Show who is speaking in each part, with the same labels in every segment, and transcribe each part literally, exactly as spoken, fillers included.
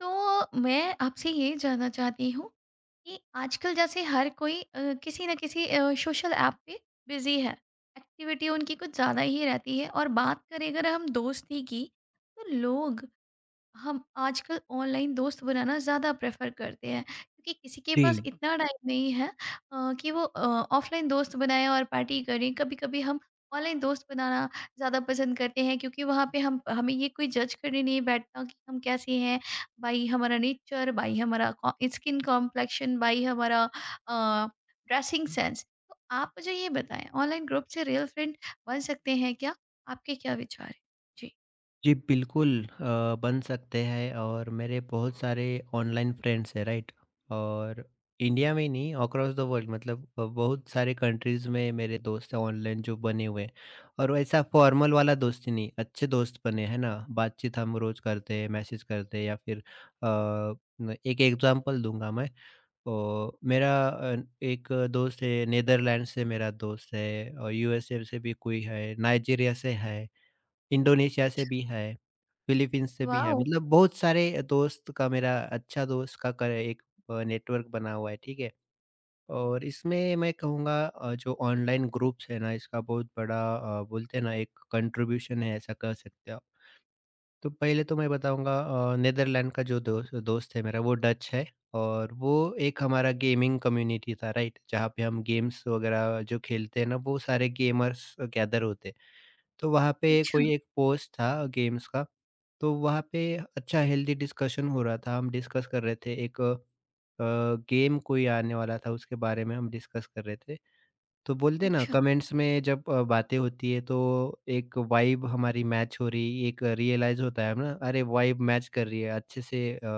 Speaker 1: तो मैं आपसे ये जानना चाहती हूँ कि आजकल जैसे हर कोई अ, किसी न किसी अ, सोशल ऐप पे बिजी है। एक्टिविटी उनकी कुछ ज़्यादा ही रहती है और बात करें अगर हम दोस्ती की तो लोग हम आजकल ऑनलाइन दोस्त बनाना ज़्यादा प्रेफर करते हैं, क्योंकि किसी के पास
Speaker 2: जी,
Speaker 1: इतना टाइम नहीं है अ, कि वो ऑफलाइन दोस्त बनाए और पार्टी करें। कभी कभी हम ऑनलाइन दोस्त बनाना ज़्यादा पसंद करते हैं, क्योंकि वहाँ पे हम हमें ये कोई जज करने नहीं बैठता कि हम कैसे हैं, भाई हमारा नेचर, भाई हमारा स्किन कॉम्प्लेक्शन, भाई हमारा ड्रेसिंग सेंस। तो आप मुझे ये बताएं, ऑनलाइन ग्रुप से रियल फ्रेंड बन सकते हैं क्या? आपके क्या विचार हैं जी?
Speaker 2: जी बिल्कुल अ, बन सकते हैं और मेरे बहुत सारे ऑनलाइन फ्रेंड्स हैं राइट। और इंडिया में ही नहीं अक्रॉस द वर्ल्ड मतलब अ, बहुत सारे कंट्रीज में मेरे दोस्त हैं ऑनलाइन जो बने हुए हैं। और वो ऐसा फॉर्मल वाला दोस्ती नहीं, अच्छे दोस्त बने हैं ना। बातचीत हम रोज करते हैं, मैसेज करते हैं, या फिर अ, न- एक एग्जांपल दूंगा मैं। और मेरा अ, एक दोस्त है नेदरलैंड से, मेरा दोस्त है और यूएसए से भी कोई है, नाइजीरिया से है, इंडोनेशिया से
Speaker 1: अच्छा।
Speaker 2: भी है, फिलीपींस से भी है,
Speaker 1: वाह।
Speaker 2: मतलब बहुत सारे दोस्त का, मेरा अच्छा दोस्त का कर एक अ, नेटवर्क बना हुआ है, ठीक है? और इसमें मैं कहूँगा अ, जो ऑनलाइन ग्रुप्स है ना, इसका बहुत बड़ा अ, बोलते हैं ना एक कंट्रीब्यूशन है, ऐसा कह सकते हो आप। तो पहले तो मैं बताऊँगा अ, नीदरलैंड का जो दोस्त दोस्त है मेरा, वो डच है। और वो एक हमारा गेमिंग कम्युनिटी था, राइट? जहाँ पे हम गेम्स वगैरह जो खेलते हैं ना, वो सारे गेमर्स गैदर होते हैं। तो वहाँ पे
Speaker 1: अच्छा।
Speaker 2: कोई एक पोस्ट था गेम्स का, तो वहाँ पे अच्छा हेल्दी डिस्कशन हो रहा था, हम डिस्कस कर रहे थे एक, अ, गेम कोई आने वाला था उसके बारे में हम डिस्कस कर रहे थे। तो बोलते हैं ना
Speaker 1: अच्छा
Speaker 2: कमेंट्स में जब अ, बातें होती है तो एक वाइब हमारी मैच हो रही, एक रियलाइज़ होता है ना अरे वाइब मैच कर रही है अच्छे से अ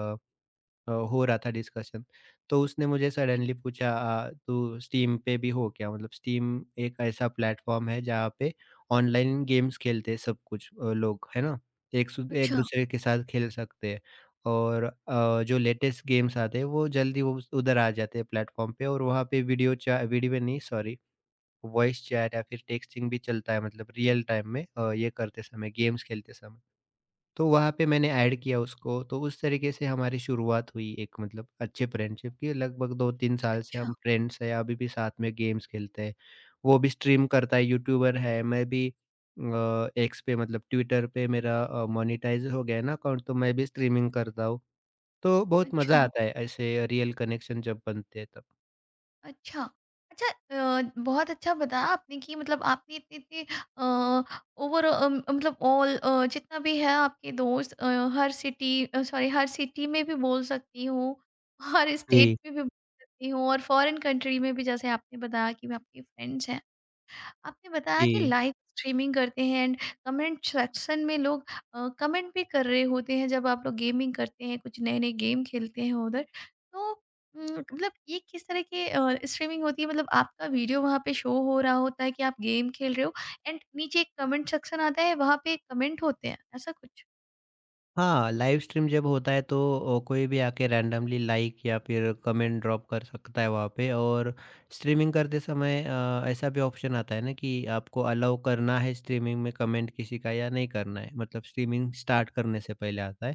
Speaker 2: अ, हो रहा था डिस्कशन। तो उसने मुझे
Speaker 1: जी।
Speaker 2: सडनली पूछा, अ, "तू स्टीम पे भी हो क्या?" मतलब स्टीम एक ऐसा प्लेटफ़ॉर्म है जहाँ पे ऑनलाइन गेम्स खेलते हैं सब कुछ अ, लोग, है ना? एक सु
Speaker 1: अच्छा,
Speaker 2: एक-दूसरे के साथ खेल सकते हैं। और अ, जो लेटेस्ट गेम्स आते हैं वो जल्दी वो उस उधर आ जाते हैं प्लेटफ़ॉर्म पे, और वहाँ पे वीडियो चा वीडियो नहीं सॉरी, वॉइस चैट या फिर टेक्सटिंग भी चलता है मतलब रियल टाइम में, अ, ये करते समय, गेम्स खेलते समय। तो वहाँ पे मैंने ऐड किया उसको, तो उस तरीके से हमारी शुरुआत हुई एक मतलब अच्छे फ्रेंडशिप की, लगभग दो तीन साल से
Speaker 1: अच्छा,
Speaker 2: हम फ्रेंड्स हैं, अभी भी साथ में गेम्स खेलते हैं। वो भी स्ट्रीम करता है, यूट्यूबर है, मैं भी अ, एक्स पे मतलब ट्विटर पे मेरा अ, मोनेटाइज़ हो गया है ना अकाउंट, तो मैं भी स्ट्रीमिंग करता हूँ। तो बहुत
Speaker 1: अच्छा,
Speaker 2: मज़ा आता है ऐसे रियल कनेक्शन जब बनते हैं तब।
Speaker 1: अच्छा। अच्छा, अ, बहुत अच्छा बताया आपने कि मतलब आपने इतने-इतने अ, ओवर अ, मतलब ऑल अ, जितना भी है आपके दोस्त अ, हर सिटी अ, सॉरी, हर सिटी में भी बोल सकती हूँ, हर स्टेट
Speaker 2: जी,
Speaker 1: में भी बोल सकती हूँ और फॉरेन कंट्री में भी, जैसे आपने बताया कि आपके फ्रेंड्स हैं। आपने बताया कि
Speaker 2: जी।
Speaker 1: लाइव स्ट्रीमिंग करते हैं एंड कमेंट सेक्शन में लोग कमेंट भी कर रहे होते हैं, जब आप लोग गेमिंग करते हैं कुछ नए नए गेम खेलते हैं उधर। तो अम, मतलब ये किस तरह की स्ट्रीमिंग होती है? मतलब आपका वीडियो वहाँ पे शो हो रहा होता है कि आप गेम खेल रहे हो एंड नीचे एक कमेंट सेक्शन आता है, वहाँ पे कमेंट होते हैं, ऐसा कुछ?
Speaker 2: हाँ, लाइव स्ट्रीम जब होता है तो अ, कोई भी आके रैंडमली लाइक या फिर कमेंट ड्रॉप कर सकता है वहाँ पे। और स्ट्रीमिंग करते समय अ, ऐसा भी ऑप्शन आता है ना कि आपको अलाउ करना है स्ट्रीमिंग में कमेंट किसी का या नहीं करना है, मतलब स्ट्रीमिंग स्टार्ट करने से पहले आता है।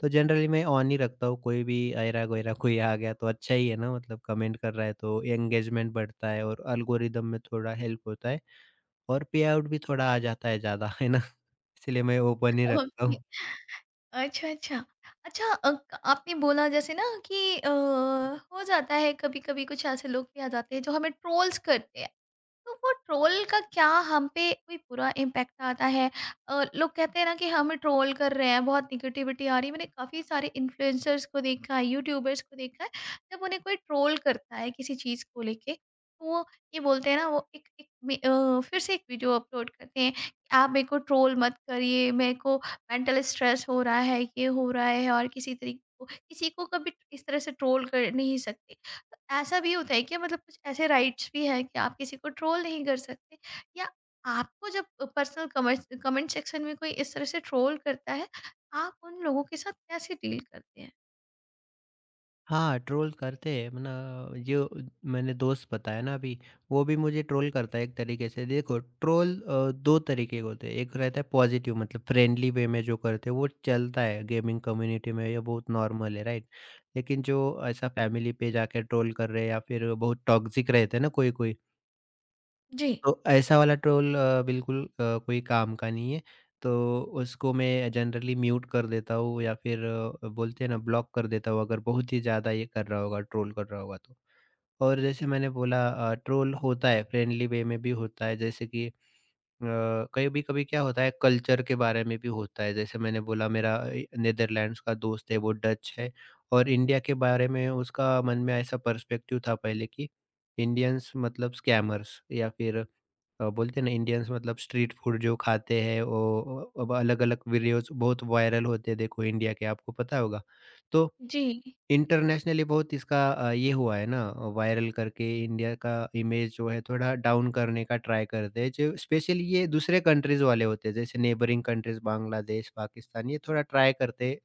Speaker 2: तो जनरली मैं ऑन ही रखता हूँ, कोई भी ऐरा-गैरा कोई आ गया तो अच्छा ही है ना, मतलब कमेंट कर रहा है तो एंगेजमेंट बढ़ता है और एल्गोरिदम में थोड़ा हेल्प होता है, और पे आउट भी थोड़ा आ जाता है ज़्यादा, है ना? इसलिए मैं ओपन ही रखता
Speaker 1: ओके।
Speaker 2: हूँ।
Speaker 1: अच्छा, अच्छा। अच्छा, अ, क- आपने बोला जैसे ना कि अ, हो जाता है कभी कभी, कुछ ऐसे लोग भी आ जाते हैं जो हमें ट्रोल्स करते हैं। तो वो ट्रोल का क्या हम पे कोई बुरा इम्पैक्ट आता है? अ, लोग कहते हैं ना कि हम ट्रोल कर रहे हैं, बहुत निगेटिविटी आ रही है। मैंने काफ़ी सारे इन्फ्लुएंसर्स को देखा है, यूट्यूबर्स को देखा है। जब उन्हें कोई ट्रोल करता है किसी चीज़ को लेके, तो वो ये बोलते हैं ना, वो एक एक मे- अ, फिर से एक वीडियो अपलोड करते हैं कि आप मेरे को ट्रोल मत करिए, मेरे को मेंटल स्ट्रेस हो रहा है, ये हो रहा है, और किसी तरीके को किसी को कभी इस तरह से ट्रोल कर नहीं सकते। ऐसा भी होता है क्या, मतलब कुछ ऐसे राइट्स भी हैं कि आप किसी को ट्रोल नहीं कर सकते? या आपको जब पर्सनल कमेंट कमेंट सेक्शन में कोई इस तरह से ट्रोल करता है, आप उन लोगों के साथ कैसे डील करते हैं?
Speaker 2: हाँ, ट्रोल करते हैं अपना। जो मैंने दोस्त बताया ना अभी, वो भी मुझे ट्रोल करता है एक तरीके से। देखो ट्रोल अ, दो तरीके के होते हैं, एक रहता है पॉज़िटिव मतलब फ्रेंडली वे में जो करते हैं वो चलता है गेमिंग कम्युनिटी में, ये बहुत नॉर्मल है, राइट? लेकिन जो ऐसा फैमिली पे जाके ट्रोल कर रहे हैं या फिर बहुत टॉक्सिक रहते हैं ना कोई-कोई,
Speaker 1: जी।
Speaker 2: तो ऐसा वाला ट्रोल अ, बिल्कुल अ, कोई काम का नहीं है। तो उसको मैं जनरली म्यूट कर देता हूँ या फिर अ, बोलते हैं ना ब्लॉक कर देता हूँ अगर बहुत ही ज़्यादा ये कर रहा होगा, ट्रोल कर रहा होगा तो। और जैसे मैंने बोला अ, ट्रोल होता है फ्रेंडली वे में भी होता है जैसे कि अ, कभी-कभी क्या होता है कल्चर के बारे में भी होता है। जैसे मैंने बोला मेरा ए, नीदरलैंड्स का दोस्त है वो डच है, और इंडिया के बारे में उसका मन में ऐसा पर्सपेक्टिव था पहले कि इंडियंस मतलब स्कैमर्स, या फिर अ, बोलते हैं ना इंडियंस मतलब स्ट्रीट फूड जो खाते हैं वो, अब अलग-अलग वीडियोस बहुत वायरल होते हैं देखो इंडिया के आपको पता होगा। तो
Speaker 1: जी।
Speaker 2: इंटरनेशनली बहुत इसका अ, ये हुआ है ना, वायरल करके इंडिया का इमेज जो है थोड़ा डाउन करने का ट्राई करते हैं। जो स्पेशली ये दूसरे कंट्रीज़ वाले होते हैं जैसे नेबरिंग कंट्रीज़ बांग्लादेश, पाकिस्तान, ये थोड़ा ट्राई करते हैं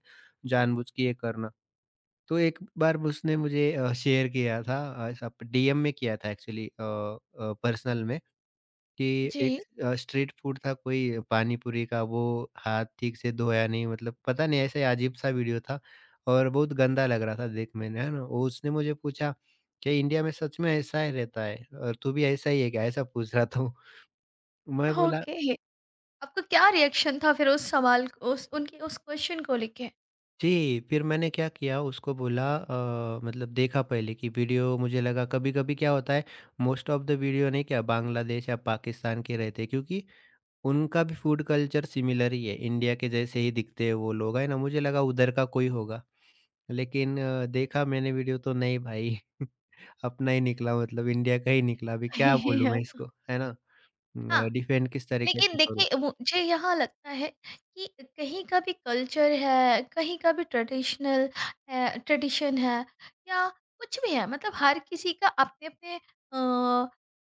Speaker 2: जानबूझ के ये करना। तो एक बार उसने मुझे अ, शेयर किया था, अ, सब डीएम में किया था एक्चुअली, अ अ, पर्सनल में। कि
Speaker 1: जी।
Speaker 2: एक अ, स्ट्रीट फूड था कोई पानी पूरी का, वो हाथ ठीक से धोया नहीं मतलब पता नहीं ऐसा ही अजीब-सा वीडियो था, और बहुत गंदा लग रहा था देख मैंने, है ना? वो उसने मुझे पूछा, "क्या इंडिया में सच में ऐसा ही रहता है और तू भी ऐसा ही है क्या?" ऐसा पूछ रहा था वो। मैं बोला
Speaker 1: ओके। आपका क्या रिएक्शन था फिर उस सवाल को, उस उनके उस क्वेश्चन को लेके?
Speaker 2: जी, फिर मैंने क्या किया उसको बोला अ, मतलब देखा पहले कि वीडियो मुझे लगा कभी-कभी क्या होता है मोस्ट ऑफ द वीडियो नहीं क्या बांग्लादेश या पाकिस्तान के रहते हैं क्योंकि उनका भी फूड कल्चर सिमिलर ही है, इंडिया के जैसे ही दिखते हैं वो लोग, है ना? मुझे लगा उधर का कोई होगा, लेकिन अ, देखा मैंने वीडियो तो नहीं भाई, अपना ही निकला मतलब इंडिया का ही निकला। अभी क्या बोलूँ मैं इसको, है ना?
Speaker 1: हाँ,
Speaker 2: अ, डिफेंड किस तरीके
Speaker 1: लेकिन
Speaker 2: से करूँ?
Speaker 1: देखिए मुझे यहाँ लगता है कि कहीं का भी कल्चर है, कहीं का भी ट्रेडिशनल है, ट्रेडिशन है, या कुछ भी है, मतलब हर किसी का अपने-अपने अ,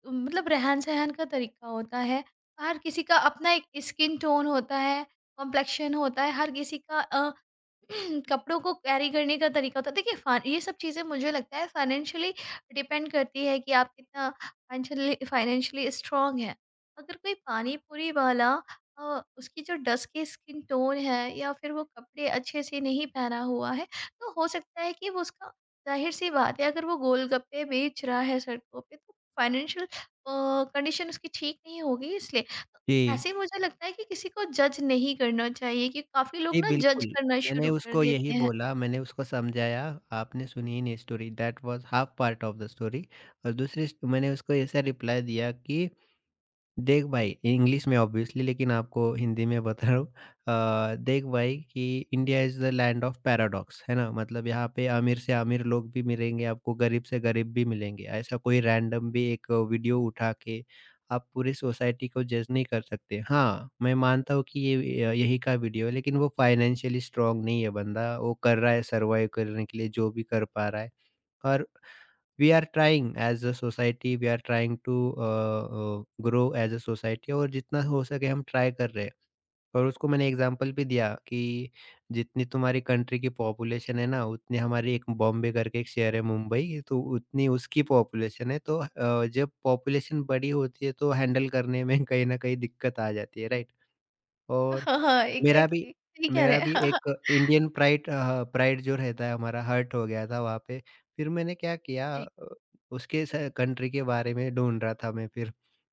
Speaker 1: मतलब रहन-सहन का तरीका होता है। हर किसी का अपना एक स्किन टोन होता है, कॉम्प्लेक्शन होता है, हर किसी का अ, कपड़ों को कैरी करने का तरीका होता है। देखिए, फ़ा ये सब चीज़ें मुझे लगता है फाइनेंशियली डिपेंड करती है कि आप कितना फाइनेंशियली फाइनेंशियली स्ट्रॉन्ग हैं। अगर कोई पानी-पूरी वाला अ, उसकी जो डस्ट की स्किन टोन है या फिर वो कपड़े अच्छे से नहीं पहना हुआ है, तो हो सकता है कि वो उसका, ज़ाहिर-सी बात है, अगर वो गोलगप्पे बेच रहा है सड़कों पे, तो फाइनेंशियल अ, कंडीशन उसकी ठीक नहीं होगी, इसलिए।
Speaker 2: जी,
Speaker 1: ऐसे ही मुझे लगता है कि किसी को जज नहीं करना चाहिए कि काफ़ी लोग
Speaker 2: जी
Speaker 1: ना जज
Speaker 2: बिल्कुल।
Speaker 1: करना
Speaker 2: मैंने
Speaker 1: शुरू कर
Speaker 2: उसको
Speaker 1: देते
Speaker 2: यही
Speaker 1: हैं।
Speaker 2: बोला, मैंने उसको समझाया, आपने सुनी ही नहीं story, that was half part of the story. और दूसरी स मैंने उसको ऐसा रिप्लाई दिया कि देख भाई इंग्लिश में ऑब्वियसली, लेकिन आपको हिंदी में बता रहा हूँ, अ, देख भाई कि India is the land of paradox है ना, मतलब यहाँ पे अमीर से अमीर लोग भी मिलेंगे आपको, गरीब से गरीब भी मिलेंगे। ऐसा कोई रैंडम भी एक वीडियो उठा के आप पूरी सोसाइटी को जज नहीं कर सकते। हाँ, मैं मानता हूँ कि ये अ, यही का वीडियो है, लेकिन वो फाइनेंशियली स्ट्रांग नहीं है बंदा, वो कर रहा है सर्वाइव करने के लिए जो भी कर पा रहा है। और we are trying as a society, we are trying to grow as a society, और जितना हो सके हम ट्राई कर रहे हैं। और उसको मैंने एग्जांपल भी दिया कि जितनी तुम्हारी कंट्री की पॉपुलेशन है ना उतनी हमारी एक बॉम्बे करके एक शहर है मुंबई तो उतनी उसकी पॉपुलेशन है, तो अ, जब पॉपुलेशन बड़ी होती है तो हैंडल करने में कहीं ना कहीं दिक्कत आ जाती है, राइट? और
Speaker 1: हाँ, हाँ,
Speaker 2: मेरा भी
Speaker 1: एग्ज़ैक्टली, सही कह रहे
Speaker 2: मेरा
Speaker 1: हैं।
Speaker 2: भी
Speaker 1: हाँ, हाँ।
Speaker 2: एक इंडियन प्राइड, अ, प्राइड जो रहता है हमारा, हर्ट हो गया था वहाँ पे। फिर मैंने क्या किया,
Speaker 1: जी।
Speaker 2: अ, उसके स कंट्री के बारे में ढूँढ रहा था मैं फिर,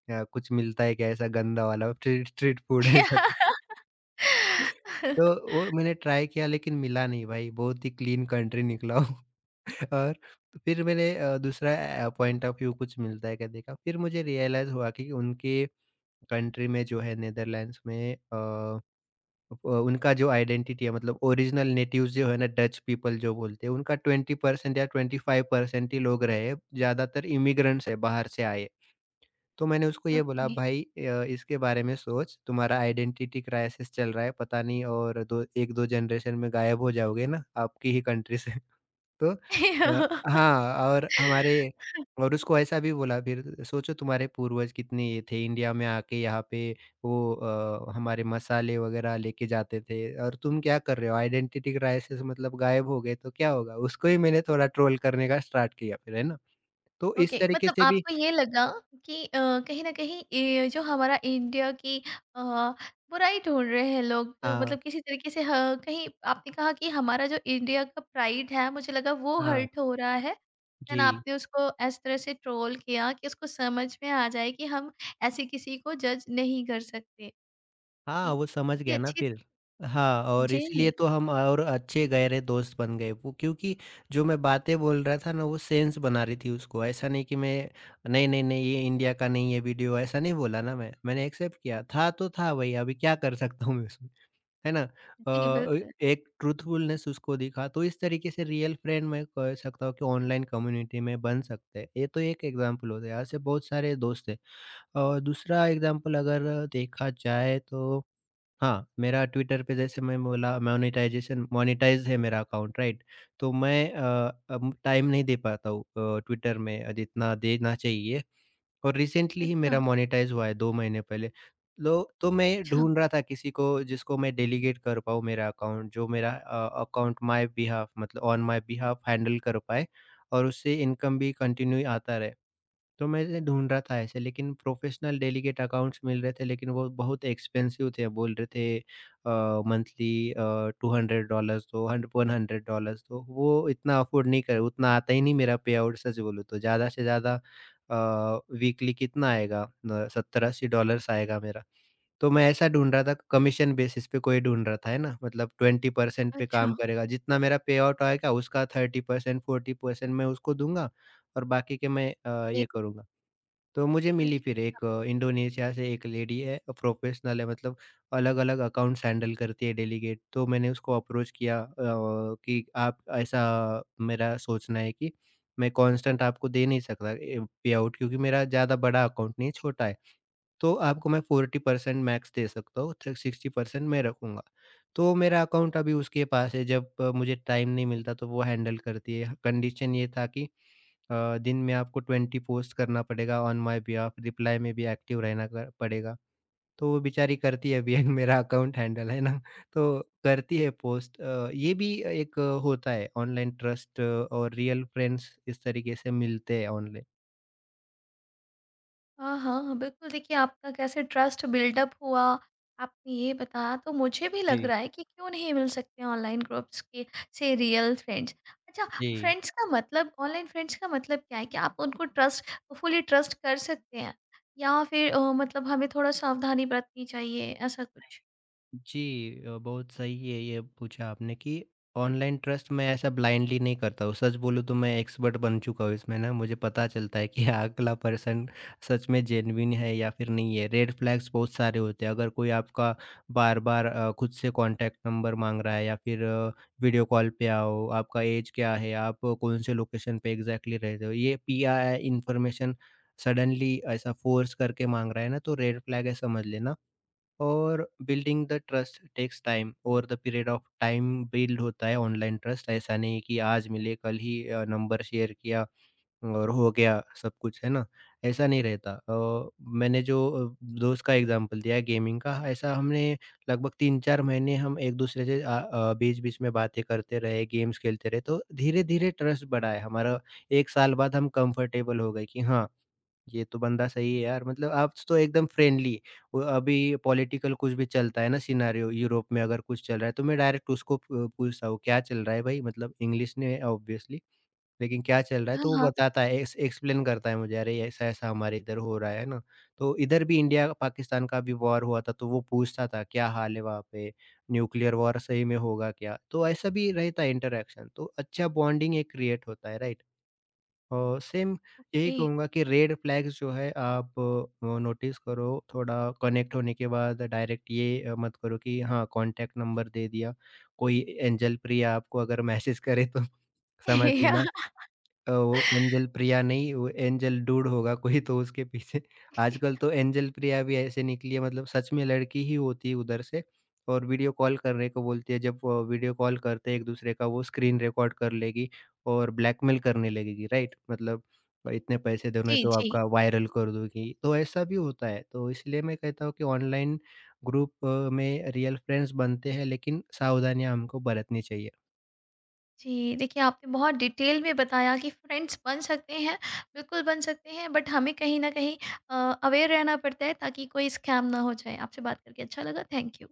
Speaker 2: अ, कुछ मिलता है क्या ऐसा गंदा वाला स्ट्रीट स्ट्रीट फूड ऐसा कुछ। तो वो मैंने ट्राई किया लेकिन मिला नहीं भाई, बहुत ही क्लीन कंट्री निकला वो और फिर मैंने अ, दूसरा अ, पॉइंट ऑफ व्यू कुछ मिलता है क्या देखा। फिर मुझे रियलाइज़ हुआ कि उनके कंट्री में जो है नीदरलैंड्स में, अ अ, उनका जो आइडेंटिटी है मतलब ओरिजिनल नेटिव्स जो है ना डच पीपल जो बोलते हैं उनका बीस परसेंट या पच्चीस परसेंट ही लोग रहे, ज़्यादातर इमिग्रेंट्स है बाहर से आए। तो मैंने उसको ये बोला
Speaker 1: ओके।
Speaker 2: भाई, अ, इसके बारे में सोच, तुम्हारा आइडेंटिटी क्राइसिस चल रहा है पता नहीं और दो एक दो जनरेशन में गायब हो जाओगे ना आपकी ही कंट्री से। तो अ, हाँ, और हमारे और उसको ऐसा भी बोला फिर, सोचो तुम्हारे पूर्वज कितने ये थे इंडिया में आके यहाँ पे, वो अ, हमारे मसाले वग़ैरह लेके जाते थे। और तुम क्या कर रहे हो? आइडेंटिटी क्राइसिस, मतलब गायब हो गए तो क्या होगा? उसको ही मैंने थोड़ा ट्रोल करने का स्टार्ट किया फिर, है ना? तो इस
Speaker 1: ओके,
Speaker 2: तरीके
Speaker 1: मतलब
Speaker 2: से भी।
Speaker 1: आपको ये लगा कि अ, कहीं न कहीं ये जो हमारा इंडिया की अ, बुराई ढूँढ रहे हैं लोग, अ,
Speaker 2: हाँ,
Speaker 1: मतलब किसी तरीके से ह कहीं आपने कहा कि हमारा जो इंडिया का प्राइड है, मुझे लगा वो
Speaker 2: हाँ,
Speaker 1: हर्ट हो रहा है। देन
Speaker 2: जी।
Speaker 1: आपने उसको इस तरह से ट्रोल किया कि उसको समझ में आ जाए कि हम ऐसे किसी को जज नहीं कर सकते।
Speaker 2: हाँ,
Speaker 1: जी,
Speaker 2: वो समझ
Speaker 1: जी
Speaker 2: गया ना
Speaker 1: अच्छी।
Speaker 2: फिर। हाँ, और इसलिए
Speaker 1: जी,
Speaker 2: तो हम और अच्छे गहरे दोस्त बन गए वो, क्योंकि जो मैं बातें बोल रहा था ना, वो सेंस बना रही थी उसको। ऐसा नहीं कि मैं नहीं, नहीं, नहीं ये इंडिया का नहीं है वीडियो ऐसा नहीं बोला ना मैं। मैंने एक्सेप्ट किया, था तो था वही, अभी क्या कर सकता हूँ मैं उसमें, है ना?
Speaker 1: जी
Speaker 2: अ,
Speaker 1: बिल्कुल।
Speaker 2: एक ट्रूथफुलनेस उसको दिखा, तो इस तरीके से रियल फ्रेंड मैं कह सकता हूँ कि ऑनलाइन कम्युनिटी में बन सकते हैं। ये तो एक एग्ज़ाम्पल हो गया, ऐसे बहुत सारे दोस्त हैं। और दूसरा एग्ज़ाम्पल अगर देखा जाए तो, हाँ, मेरा ट्विटर पे जैसे मैं बोला मोनेटाइज़ेशन मोनेटाइज़ है मेरा अकाउंट, राइट? तो मैं अ, अब टाइम नहीं दे पाता हूँ अ, ट्विटर में अ, जितना देना चाहिए और रिसेंटली ही
Speaker 1: अच्छा,
Speaker 2: मेरा मोनेटाइज़ हुआ है दो महीने पहले। लो तो हुँ। मैं
Speaker 1: अच्छा,
Speaker 2: ढूँढ रहा था किसी को जिसको मैं डेलीगेट कर पाऊँ मेरा अकाउंट जो मेरा अ, अकाउंट माय बिहाफ़ मतलब ऑन माय बिहाफ़ हैंडल कर पाए और उससे इनकम भी कंटिन्यू आता रहे। तो मैं ऐसे ढूँढ रहा था ऐसे लेकिन प्रोफ़ेशनल डेलीगेट अकाउंट्स मिल रहे थे लेकिन वो बहुत एक्सपेंसिव थे बोल रहे थे अ, मंथली अ, टू हंड्रेड डॉलर्स दो हंड हंड्रेड डॉलर्स दो। वो इतना अफ़ोर्ड नहीं कर, उतना आता ही नहीं मेरा पेआउट सच बोलूँ तो। ज़्यादा से ज़्यादा अ, वीकली कितना आएगा, अ, सत्तर अस्सी डॉलर्स आएगा मेरा। तो मैं ऐसा ढूँढ रहा था कमीशन बेसिस पे कोई ढूँढ रहा था, है ना? मतलब ट्वेंटी परसेंट पे
Speaker 1: अच्छा,
Speaker 2: काम करेगा, जितना मेरा पेआउट आएगा उसका थर्टी परसेंट, फोर्टी परसेंट मैं उसको दूँगा और बाकी के मैं अ,
Speaker 1: ओके,
Speaker 2: ये करूँगा। तो मुझे मिली
Speaker 1: अच्छा।
Speaker 2: फिर एक, अ, इंडोनेशिया से एक लेडी है, प्रोफेशनल है, मतलब अलग-अलग अकाउंट्स हैंडल करती है डेलीगेट। तो मैंने उसको अप्रोच किया, अ, कि आप ऐसा मेरा सोचना है कि मैं कांस्टेंट आपको दे नहीं सकता ए, पे आउट क्योंकि मेरा ज़्यादा बड़ा अकाउंट नहीं है, छोटा है। तो आपको मैं फोर्टी परसेंट मैक्स दे सकता हूँ, थ सिक्स्टी परसेंट मैं रखूँगा। तो मेरा अकाउंट अभी उसके पास है, जब अ, मुझे टाइम नहीं मिलता तो वो हैंडल करती है। कंडीशन ये था कि अ, दिन में आपको ट्वेंटी पोस्ट करना पड़ेगा ऑन माय बिहाफ, रिप्लाई में भी एक्टिव रहना क पड़ेगा। तो वो बेचारी करती है अभी मेरा अकाउंट हैंडल, है ना? तो करती है पोस्ट। अ, ये भी एक, अ, होता है ऑनलाइन ट्रस्ट और रियल फ्रेंड्स इस तरीके से मिलते हैं ऑनलाइन।
Speaker 1: हाँ, हाँ, बिल्कुल देखिए आपका कैसे ट्रस्ट बिल्डअप हुआ, आपने ये बताया, तो मुझे भी लग
Speaker 2: जी।
Speaker 1: रहा है कि क्यों नहीं मिल सकते ऑनलाइन ग्रुप्स के से रियल फ्रेंड्स। अच्छा,
Speaker 2: जी।
Speaker 1: फ्रेंड्स का मतलब, ऑनलाइन फ्रेंड्स का मतलब क्या है, कि आप उनको ट्रस्ट फुली ट्रस्ट कर सकते हैं या फिर अ, मतलब हमें थोड़ा सावधानी बरतनी चाहिए, ऐसा कुछ?
Speaker 2: जी, अ, बहुत सही है ये पूछा आपने कि ऑनलाइन ट्रस्ट मैं ऐसा ब्लाइंडली नहीं करता हूँ सच बोलूँ तो। मैं एक्सपर्ट बन चुका हूँ इसमें ना, मुझे पता चलता है कि अगला पर्सन सच में जेन्युइन है या फिर नहीं है। रेड फ्लैग्स बहुत सारे होते हैं। अगर कोई आपका बार बार अ, खुद से कांटेक्ट नंबर मांग रहा है, या फिर वीडियो कॉल पे आओ, आपका एज क्या है, आप कौन से लोकेशन पे एग्जैक्टली रहते हो, ये पी आई इंफॉर्मेशन सडनली ऐसा फोर्स करके मांग रहा है ना, तो रेड फ्लैग है समझ लेना। और building the trust takes time, over the period of time build होता है ऑनलाइन ट्रस्ट। ऐसा नहीं कि आज मिले कल ही नंबर शेयर किया और हो गया सब कुछ, है ना? ऐसा नहीं रहता। अ, मैंने जो अ, दोस्त का एग्जांपल दिया गेमिंग का, ऐसा हमने लगभग तीन चार महीने हम एक दूसरे से आ- आ, बीच बीच में बातें करते रहे, गेम्स खेलते रहे, तो धीरे धीरे ट्रस्ट बढ़ा है हमारा। एक साल बाद हम कंफर्टेबल हो गए कि हाँ, ये तो बंदा सही है यार, मतलब आप तो तो एकदम फ्रेंडली। वो अभी पॉलिटिकल कुछ भी चलता है ना सिनारियो, यूरोप में अगर कुछ चल रहा है तो मैं डायरेक्ट उसको पू- पूछता हूँ क्या चल रहा है भाई, मतलब इंग्लिश में ऑब्वियसली, लेकिन क्या चल रहा है।
Speaker 1: हाँ,
Speaker 2: तो वो
Speaker 1: हाँ।
Speaker 2: बताता है, एक्स, एक्सप्लेन करता है मुझे, अरे ऐसा ऐसा हमारे इधर हो रहा है ना। तो इधर भी इंडिया पाकिस्तान का भी वॉर हुआ था तो वो पूछता था क्या हाल है वहाँ पे, न्यूक्लियर वॉर सही में होगा क्या। तो ऐसा भी रहता है इंटरेक्शन, तो अच्छा बॉन्डिंग एक क्रिएट होता है, राइट? अ, सेम यही
Speaker 1: ए।
Speaker 2: कहूँगा कि रेड फ्लैग्स जो है आप अ, नोटिस करो थोड़ा। कनेक्ट होने के बाद डायरेक्ट ये अ, मत करो कि हाँ कॉन्टैक्ट नंबर दे दिया। कोई एंजल प्रिया आपको अगर मैसेज करे तो समझ लेना। अ, वो एंजल प्रिया नहीं, वो एंजल डूड होगा कोई, तो उसके पीछे आजकल तो एंजल प्रिया भी ऐसे निकली है, मतलब सच में लड़की ही होती है उधर से और वीडियो कॉल करने को बोलती है। जब अ, वीडियो कॉल करते हैं एक-दूसरे का, वो स्क्रीन रिकॉर्ड कर लेगी और ब्लैकमेल करने लगेगी, राइट? मतलब इतने पैसे दोगे
Speaker 1: जी,
Speaker 2: तो
Speaker 1: जी।
Speaker 2: आपका वायरल कर दूँगी, तो ऐसा भी होता है। तो इसलिए मैं कहता हूँ कि ऑनलाइन ग्रुप अ, में रियल फ्रेंड्स बनते हैं लेकिन सावधानियाँ हमको बरतनी चाहिए।
Speaker 1: जी, देखिए आपने बहुत डिटेल में बताया कि फ्रेंड्स बन सकते हैं, बिल्कुल बन सकते हैं, बट हमें कहीं न कहीं अ, अवेयर रहना पड़ता है ताकि कोई स्कैम ना हो जाए। आपसे बात करके अच्छा लगा, थैंक यू।